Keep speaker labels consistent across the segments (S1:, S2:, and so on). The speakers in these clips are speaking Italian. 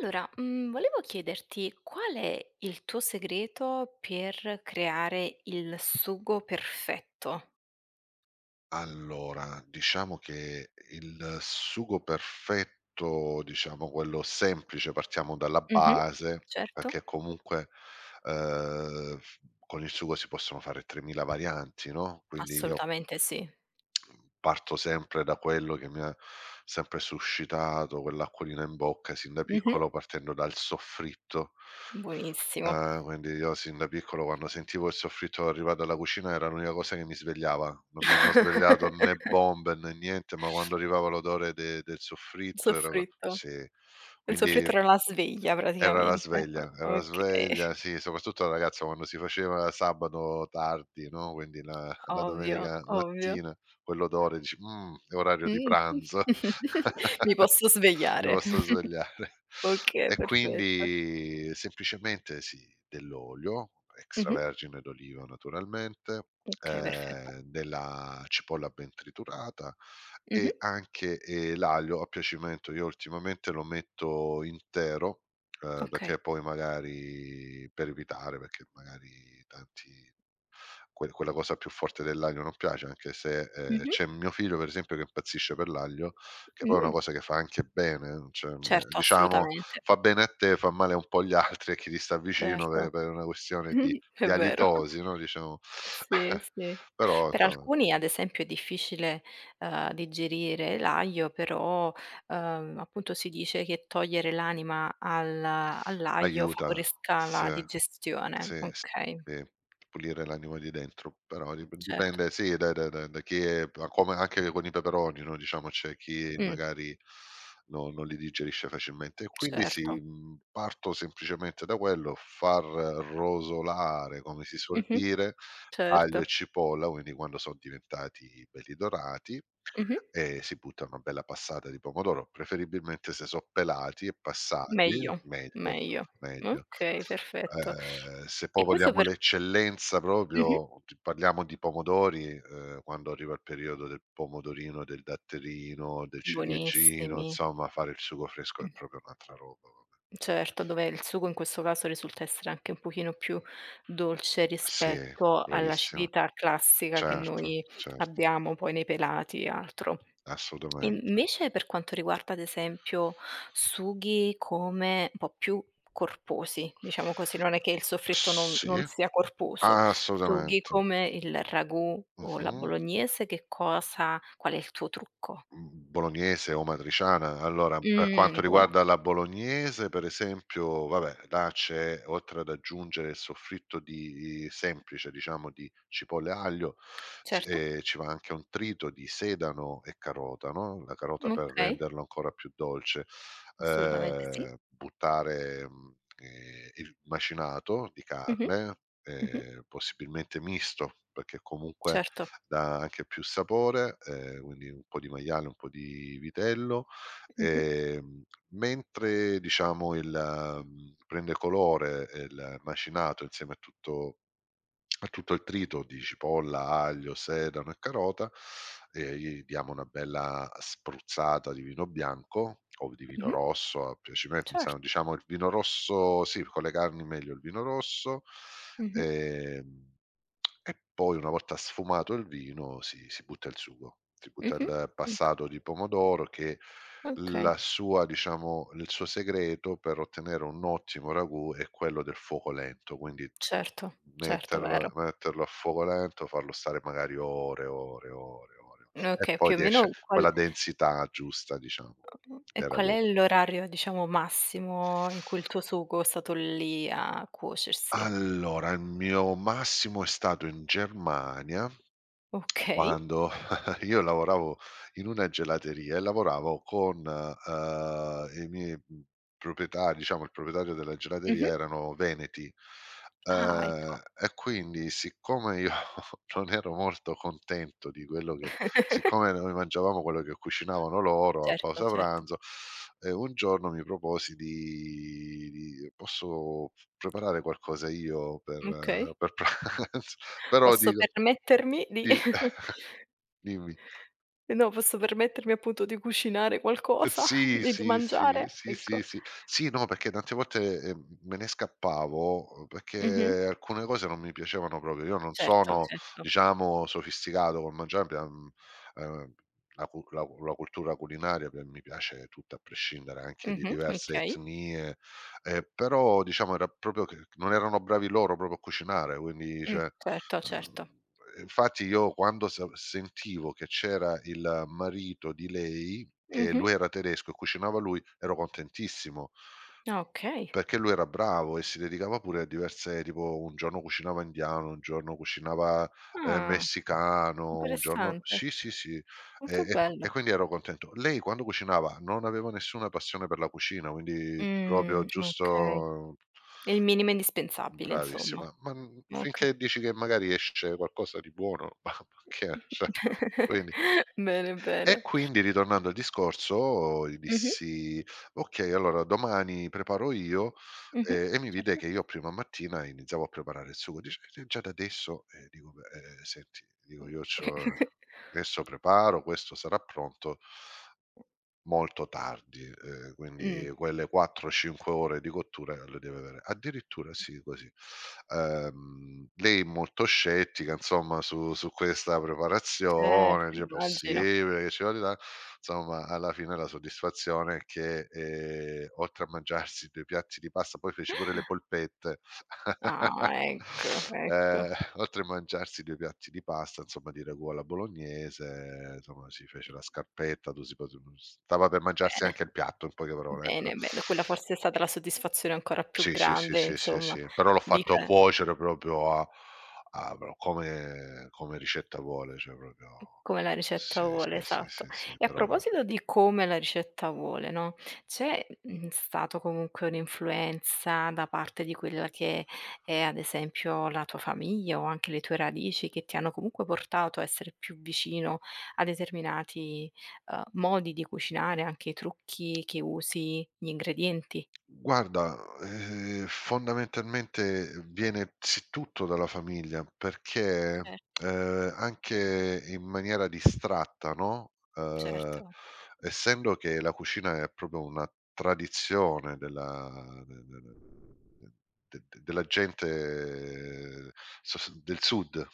S1: Allora, volevo chiederti qual è il tuo segreto per creare il sugo perfetto?
S2: Allora, diciamo che il sugo perfetto, diciamo quello semplice, partiamo dalla
S1: Mh-mh.
S2: base,
S1: Certo,
S2: perché comunque, f con il sugo si possono fare 3000 varianti, no, quindi io
S1: assolutamente sì.
S2: parto sempre da quello che mi ha sempre suscitato quell'acquolina in bocca sin da
S1: Mh-mh.
S2: piccolo, partendo dal soffritto.
S1: Buonissimo.
S2: Ah, quindi io sin da piccolo quando sentivo il soffritto arrivare dalla cucina era l'unica cosa che mi svegliava. Non mi hanno svegliato né bombe né niente, ma quando arrivava l'odore de del
S1: Il
S2: soffritto era
S1: soffritto.
S2: sì,
S1: Il
S2: quindi
S1: soffritto era la sveglia praticamente. O
S2: era la
S1: okay,
S2: sveglia, sì, soprattutto da ragazzo quando si faceva sabato tardi, no, quindi la
S1: ovvio,
S2: domenica
S1: ovvio.
S2: mattina quell'odore dici: è orario di
S1: Mh.
S2: pranzo."
S1: Mi posso
S2: Mi
S1: svegliare.
S2: posso svegliare.
S1: Okay,
S2: E
S1: perfetto.
S2: quindi semplicemente sì, dell'olio
S1: Mh-mh.
S2: extravergine d'oliva naturalmente,
S1: Okay, perfetto.
S2: della cipolla ben triturata e
S1: Mh-mh.
S2: anche, l'aglio a piacimento. Io ultimamente lo metto intero,
S1: Okay.
S2: perché poi magari per evitare, perché magari tanti quella cosa più forte dell'aglio non piace, anche se,
S1: Mh-mh.
S2: c'è mio figlio per esempio che impazzisce per l'aglio, che poi è una
S1: Mh.
S2: cosa che fa anche bene, cioè,
S1: Certo,
S2: diciamo
S1: assolutamente.
S2: fa bene a te, fa male un po' agli altri e chi ti sta vicino pe
S1: Certo.
S2: per una questione di
S1: È vero.
S2: alitosi, no, diciamo.
S1: Sì, sì.
S2: Però
S1: Per
S2: insomma,
S1: alcuni ad esempio è difficile, digerire l'aglio, però, appunto si dice che togliere l'anima al all'aglio
S2: aiuta,
S1: favorisca
S2: sì.
S1: la digestione.
S2: Sì, s
S1: Okay,
S2: sì, pulire l'anima di dentro, però
S1: certo.
S2: dipende sì, da chi è, ma come anche con i peperoni, no, diciamo c'è chi
S1: Mh,
S2: magari no non li digerisce facilmente. E quindi sì,
S1: certo.
S2: parto semplicemente da quello, far rosolare, come si suol
S1: Mh-mh,
S2: dire, aglio
S1: certo.
S2: e cipolla, quindi quando son diventati belli dorati,
S1: Mh-mh.
S2: e si butta una bella passata di pomodoro, preferibilmente se so' pelati e passati,
S1: Meglio,
S2: meglio,
S1: meglio.
S2: meglio.
S1: Okay, perfetto.
S2: Se poi
S1: E questo
S2: vogliamo
S1: per
S2: l'eccellenza
S1: mh-mh,
S2: proprio, ti parliamo di pomodori, quando arriva il periodo del pomodorino, del datterino, del ciliegino,
S1: buonissimi.
S2: insomma fare il sugo fresco è
S1: Mh.
S2: proprio un'altra roba, vabbè.
S1: Certo, dove il sugo in questo caso risulta essere anche un pochino più dolce
S2: Sì,
S1: rispetto
S2: bravissima.
S1: all'acidità classica che
S2: Certo,
S1: noi
S2: certo,
S1: abbiamo poi nei pelati e altro. E
S2: assolutamente.
S1: invece per quanto riguarda ad esempio sughi come un po' più corposi, diciamo così, non è che il soffritto non
S2: Sì,
S1: non sia corposo, sughi
S2: assolutamente.
S1: come il ragù o la
S2: Mh-mh.
S1: bolognese, che cosa qual è il tuo trucco?
S2: Mhmm, Bolognese o matriciana. Allora, per quanto
S1: Buona.
S2: riguarda la bolognese, per esempio, vabbè, là c'è oltre ad aggiungere il soffritto di semplice, diciamo, di cipolle e aglio, s
S1: Certo,
S2: ci va anche un trito di sedano e carota, no, la carota per
S1: okay,
S2: renderlo ancora più dolce.
S1: assolutamente sì.
S2: Buttare, il macinato di
S1: Mh-mh.
S2: carne,
S1: Mh-mh.
S2: possibilmente misto, perché comunque
S1: Certo.
S2: dà anche più sapore, quindi un po' di maiale, un po' di vitello,
S1: Mh-mh,
S2: ehm, mentre diciamo prende colore, il macinato insieme a tutto il trito di cipolla, aglio, sedano e carota e gli diamo una bella spruzzata di vino bianco o di vino
S1: mh-mh,
S2: rosso a piacimento, insomma
S1: certo.
S2: diciamo il vino rosso sì, con le carni meglio il vino rosso,
S1: Mh-mh,
S2: ehm, e poi una volta sfumato il vino si butta il sugo, si butta
S1: mh-mh.
S2: il
S1: Ecco,
S2: passato di pomodoro che la
S1: okay.
S2: sua, diciamo, il suo segreto per ottenere un ottimo ragù è quello del fuoco lento, quindi
S1: Certo, certo, vero.
S2: Metterlo a fuoco lento, farlo stare magari ore, ore, ore, ore e
S1: Okay,
S2: poi
S1: più o
S2: ti esce
S1: meno
S2: quella densità giusta, diciamo della
S1: qual
S2: co
S1: è l'orario, diciamo, massimo in cui il tuo sugo è stato lì a cuocersi?
S2: Allora, il mio massimo è stato in Germania.
S1: Okay.
S2: Quando io lavoravo in una gelateria e lavoravo con, i miei, proprietari, diciamo il proprietario della gelateria
S1: Mh-mh.
S2: erano veneti,
S1: Ah, ecco.
S2: e quindi siccome io non ero molto contento di quello che, siccome noi mangiavamo quello che cucinavano loro a
S1: Certo,
S2: pausa
S1: certo.
S2: pranzo, un giorno mi proposi di: "Posso preparare qualcosa io
S1: Okay.
S2: per pranzo?" Però
S1: Posso
S2: dico
S1: permettermi di
S2: di dimmi.
S1: no, posso permettermi appunto di cucinare qualcosa
S2: Sì,
S1: e di
S2: sì, sì,
S1: mangiare,
S2: sì, sì,
S1: ecco.
S2: sì. Sì, no, perché tante volte, me ne scappavo,
S1: Mh-mh.
S2: perché alcune cose non mi piacevano proprio. Io non
S1: Certo,
S2: sono,
S1: certo.
S2: diciamo, sofisticato col mangiare, ehm, la cu la cu la cultura culinaria pe mi piace tutta a prescindere, anche di
S1: Mh-mh,
S2: diverse
S1: okay.
S2: etnie, però diciamo era proprio che non erano bravi loro proprio a cucinare, quindi cioè.
S1: Certo, certo.
S2: Uhm, e infatti io quando sa sentivo che c'era il marito di lei, che
S1: Mh-mh.
S2: lui era tedesco e cucinava lui, ero contentissimo,
S1: Ah, okay.
S2: perché lui era bravo e si dedicava pure a diverse, tipo un giorno cucinava indiano, un giorno cucinava,
S1: Ah,
S2: messicano, un giorno
S1: interessante.
S2: sì, sì, sì, e
S1: Molto
S2: e qui e
S1: bello.
S2: quindi ero contento. Lei quando cucinava non aveva nessuna passione per la cucina, quindi proprio
S1: Okay.
S2: giusto.
S1: È il minimo indispensabile insomma.
S2: Bravissima, ma,
S1: Okay.
S2: finché dici che magari esce qualcosa di buono, ma perché cioè, quindi
S1: Bene,
S2: e
S1: bene.
S2: quindi ritornando al discorso gli
S1: Mh-mh,
S2: dissi: "Okay, allora domani preparo io",
S1: mh-mh,
S2: e mi vide
S1: certo.
S2: che io prima mattina iniziavo a preparare il sugo, dice: già da adesso?" E dico: "Beh, senti" dico: "Io c'ho adesso preparo, questo sarà pronto". Molto tardi,
S1: Mh,
S2: quindi quelle 4, 5 ore di cottura le deve avere. Addirittura sì, così. Lei è molto scettica insomma su questa
S1: certo,
S2: preparazione, dice:
S1: immagino.
S2: "Possibile che ci vuole tan"? Insomma alla fine la soddisfazione è che, oltre a mangiarsi 2 piatti di pasta, poi feci pure le polpette.
S1: Ah, ecco, ecco.
S2: Oltre a mangiarsi 2 piatti di pasta, insomma di ragù alla bolognese, insomma ci fece la scarpetta, tu si pot stava per mangiarsi
S1: Bene,
S2: anche il piatto, in poche parole, ecco.
S1: bene, bene. Quella forse è stata la soddisfazione ancora più
S2: Sì, sì, sì,
S1: grande
S2: sì, sì,
S1: insomma
S2: sì, però l'ho
S1: di
S2: fatto
S1: fe
S2: cuocere proprio a a pro come come ricetta vuole, cioè proprio
S1: Come la
S2: sì,
S1: ricetta vuole,
S2: sì, sì,
S1: esatto.
S2: sì, sì,
S1: E a
S2: per ore.
S1: proposito di come la ricetta vuole, no, c'è, stato comunque un'influenza da parte di quella che è, ad esempio, la tua famiglia o anche le tue radici che ti hanno comunque portato a essere più vicino a determinati, modi di cucinare, anche i trucchi che usi, gli ingredienti?
S2: Guarda, fondamentalmente viene sì tutto dalla famiglia, perché,
S1: Cer
S2: anche in maniera distratta, no,
S1: certo.
S2: essendo che la cucina è proprio una tradizione della de de de de de della gente sos del sud,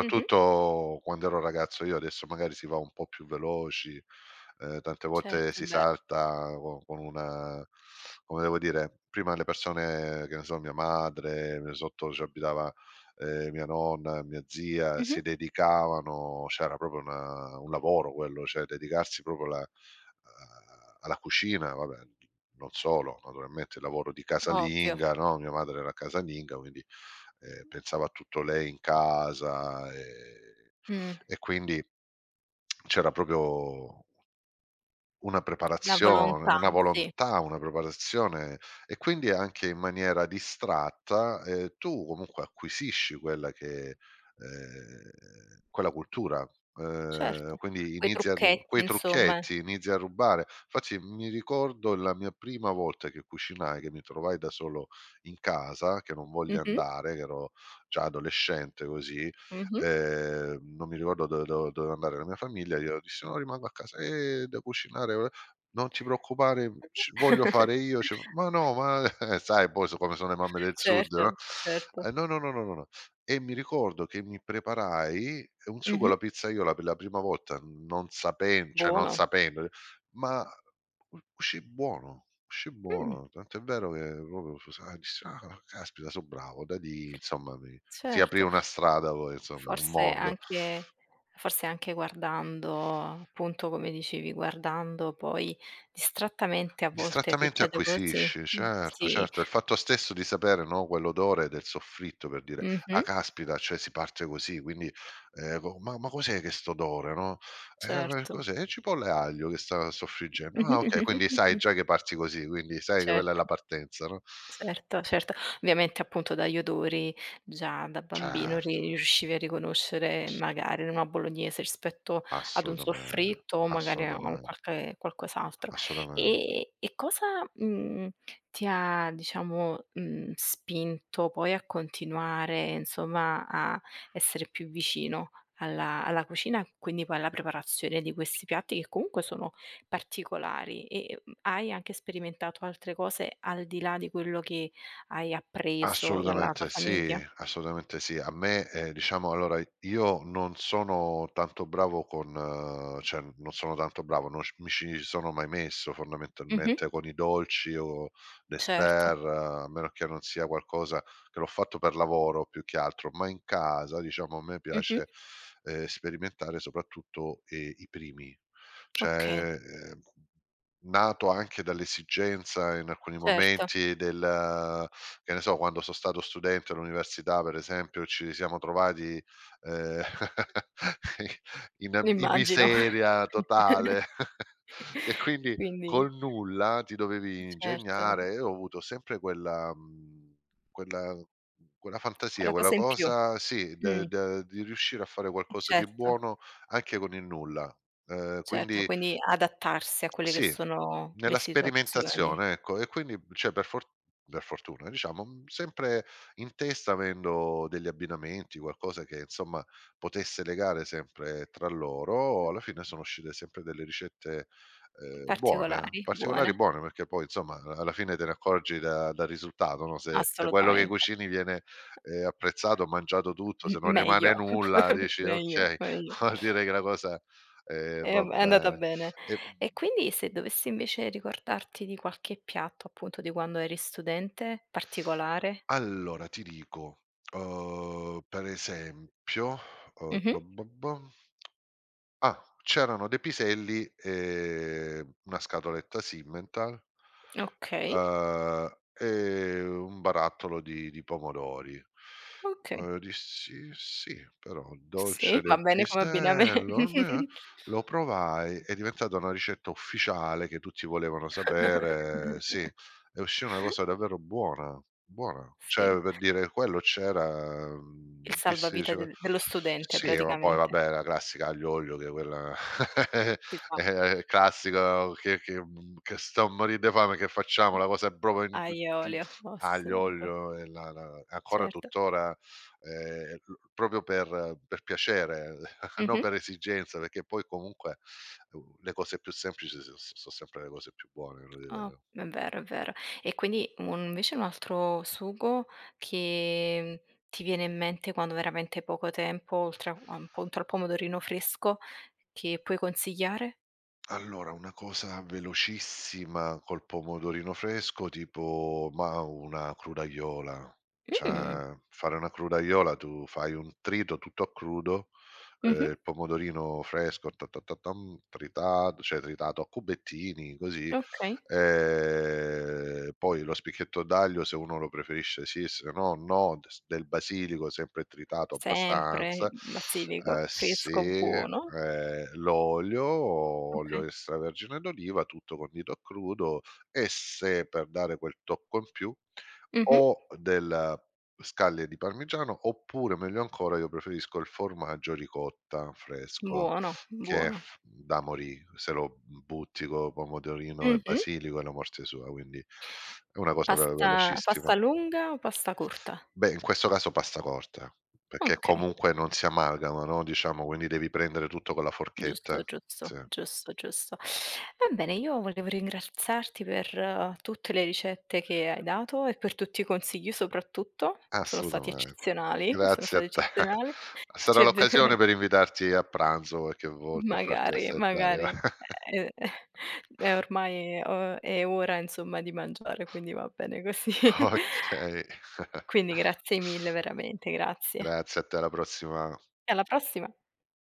S1: Mh-mh.
S2: quando ero ragazzo. Io adesso magari si va un po' più veloci. Tante volte
S1: Certo, è
S2: si
S1: vero.
S2: salta co con una, come devo dire, prima le persone, che ne so, mia madre, mio- sotto ci abitava, mia nonna, mia zia,
S1: Mh-mh.
S2: si dedicavano, cioè era proprio una un lavoro quello, cioè dedicarsi proprio alla cucina, vabbè, non solo, naturalmente il lavoro di
S1: Ovvio.
S2: casalinga, no, mia madre era casalinga, quindi, pensava a tutto lei in casa,
S1: Mh.
S2: e quindi c'era proprio una
S1: La
S2: preparazione,
S1: volontà,
S2: una
S1: sì.
S2: volontà, una preparazione e quindi anche in maniera distratta, tu comunque acquisisci quella che, quella cultura,
S1: Certo,
S2: quindi
S1: quei
S2: inizi a ru
S1: trucchetti
S2: quei
S1: insomma.
S2: trucchetti, inizi a rubare. Infatti mi ricordo la mia prima volta che cucinai, che mi trovai da solo in casa, che non volli
S1: Mh-mh,
S2: andare, che ero già adolescente, così,
S1: mh-mh.
S2: non mi ricordo dove do doveva andare la mia famiglia, io dissi: "No, rimango a casa". Da cucinare". "Non ti preoccupare, ci voglio fare io". Dicevo: "Ma no, ma" sai poi so come sono le mamme del sud, no?
S1: Certo, certo.
S2: No, no, no, no, no, no". E mi ricordo che mi preparai un sugo
S1: Mh-mh.
S2: alla pizzaiola per la prima volta, non sapen cioè non
S1: Buono.
S2: sapendo, ma u uscì
S1: Mh,
S2: buono, tant'è vero che proprio sai, dissi: "Ah, caspita, so bravo". Da lì insomma mi si aprì
S1: certo.
S2: una strada poi, insomma, un
S1: Forse
S2: mondo.
S1: anche forse anche guardando, appunto come dicevi, guardando poi distrattamente a volte
S2: Distrattamente
S1: succede così.
S2: acquisisci, certo,
S1: Sì.
S2: certo, il fatto stesso di sapere, no, quell'odore del soffritto per dire: "Ah
S1: Mh-mh,
S2: caspita, cioè si parte così, quindi, co ma cos'è che st'odore, no?"
S1: certo.
S2: Cos'è?" "È cipolla e aglio che sta soffriggendo."
S1: Mh-mh,
S2: "Ah okay."
S1: mh-mh,
S2: Quindi sai
S1: mh-mh.
S2: già che parti così, quindi sai che quella è
S1: Certo.
S2: la partenza, no?
S1: Certo, certo. Ovviamente appunto dagli odori già da bambino ri
S2: Certo,
S1: riuscivi a riconoscere
S2: s
S1: magari una bolognese rispetto ad un
S2: assolutamen
S1: soffritto o magari a un
S2: assolutamen
S1: qualche qualcos'altro.
S2: assolutamen.
S1: E cosa, mhmm, ti ha diciamo, spinto poi a continuare insomma a essere più vicino alla cucina, quindi poi alla preparazione di questi piatti che comunque sono particolari e, hai anche sperimentato altre cose al di là di quello che hai appreso dalla tua
S2: Assolutamente sì,
S1: famiglia?
S2: assolutamente sì. A me, diciamo allora io non sono tanto bravo con, cioè non sono tanto bravo, non c mi ci sono mai messo
S1: Mh-mh.
S2: fondamentalmente con i dolci o
S1: Certo.
S2: dessert, a meno che non sia qualcosa che l'ho fatto per lavoro più che altro, ma in casa diciamo a me
S1: Mh-mh.
S2: piace, sperimentare soprattutto, i primi.
S1: Okay,
S2: Cioè, nato anche dall'esigenza in alcuni
S1: certo,
S2: momenti del che ne so, quando so stato studente all'università, per esempio, ci siamo trovati, ehm, in in
S1: immagino.
S2: miseria totale e quindi
S1: Quindi
S2: col nulla ti dovevi
S1: certo,
S2: ingegnare e ho avuto sempre quella, quella fantasia,
S1: quella
S2: quella
S1: cosa in più.
S2: cosa sì, de
S1: Mh,
S2: de di riuscire a fare qualcosa di
S1: certo,
S2: buono anche con il nulla.
S1: certo,
S2: Quindi
S1: quindi adattarsi a quelle che
S2: sì,
S1: sono le
S2: nella
S1: situazioni
S2: sperimentazione, ecco. E quindi, cioè per fortuna diciamo, sempre in testa avendo degli abbinamenti, qualcosa che insomma potesse legare sempre tra loro, alla fine sono uscite sempre delle ricette, buone,
S1: particolari,
S2: particolari,
S1: buone,
S2: buone, perché poi insomma a alla fine te ne accorgi da dal risultato, no, se quello che
S1: assolutamente.
S2: cucini viene, apprezzato, mangiato tutto, se
S1: M
S2: non
S1: Meglio,
S2: rimane nulla dici:
S1: meglio,
S2: "Okay,
S1: meglio.
S2: vuol dire che la cosa,
S1: E
S2: va
S1: vabbè, è andata
S2: bene."
S1: bene.
S2: E, mhmm
S1: E quindi se dovessi invece ricordarti di qualche piatto, appunto, di quando eri studente, particolare?
S2: allora ti dico, per esempio, uhm,
S1: Mh-mh.
S2: ba ba bam, ah, c'erano dei piselli e una scatoletta Simmental,
S1: Okay,
S2: e un barattolo di pomodori.
S1: okay.
S2: Dissi: "Sì, però dolce
S1: Sì, va
S2: del
S1: bene come abbinamen
S2: pisello" lo provai, è diventata una ricetta ufficiale che tutti volevano sapere, sì, è uscì una cosa davvero buona, buona. Cioè,
S1: sì,
S2: per dire, quello c'era,
S1: il
S2: dissi
S1: salvavita
S2: dicevo
S1: dello studente
S2: sì, ma poi
S1: praticamente.
S2: vabbè la classica aglio olio, che quella
S1: Si fa.
S2: è classico che che sto a morì de fame, che facciamo? La cosa è proprio in
S1: Aglio e olio,
S2: aglio,
S1: osservo,
S2: olio e la ancora
S1: certo.
S2: tuttora, l proprio per piacere, non
S1: Mh-mh.
S2: per esigenza, perché poi comunque, le cose più semplici so sempre le cose più buone, voglio
S1: Ah,
S2: dire.
S1: è vero, è vero. E quindi un invece un altro sugo che ti viene in mente quando veramente hai poco tempo, oltre a appunto al pomodorino fresco, che puoi consigliare?
S2: Allora, una cosa velocissima col pomodorino fresco, tipo ma una crudaiola.
S1: Mh,
S2: Cioè, fare una crudaiola tu fai un trito tutto a crudo,
S1: mh-mh,
S2: il pomodorino fresco tritato, cioè tritato a cubettini così.
S1: okay.
S2: Poi lo spicchietto d'aglio se uno lo preferisce, sì, se no no, des del basilico sempre tritato
S1: Sempre
S2: abbastanza,
S1: basilico, fresco,
S2: sì,
S1: buono.
S2: l'olio, olio
S1: Okay.
S2: extravergine d'oliva, tutto condito a crudo e se per dare quel tocco in più,
S1: Mh-mh.
S2: o del scaglie di parmigiano oppure meglio ancora io preferisco il formaggio ricotta fresco.
S1: Buono,
S2: Che è
S1: buono.
S2: f Da morì, se lo butti co' pomodorino e
S1: Mh-mh.
S2: basilico è la morte sua, quindi è una cosa ve
S1: Pasta
S2: velocissima.
S1: pasta lunga o pasta corta?
S2: Beh, in questo caso pasta corta, perché
S1: Okay.
S2: comunque non si amalgama, no, diciamo, quindi devi prendere tutto con la
S1: Giusto,
S2: forchetta.
S1: giusto,
S2: Sì,
S1: giusto, giusto. Va bene, io volevo ringraziarti per tutte le ricette che hai dato e per tutti i consigli soprattutto. Sono stati
S2: assolutamen.
S1: eccezionali, sono
S2: Grazie a
S1: stati
S2: te.
S1: eccezionali.
S2: Sarà
S1: C'è ve
S2: l'occasione per invitarti a pranzo qualche volta e farti
S1: magari,
S2: assaggiare.
S1: magari, ehm, è ormai o è ora insomma di mangiare, quindi va bene così.
S2: Okay.
S1: Quindi grazie mille veramente, grazie.
S2: Grazie a te, alla prossima.
S1: E alla prossima.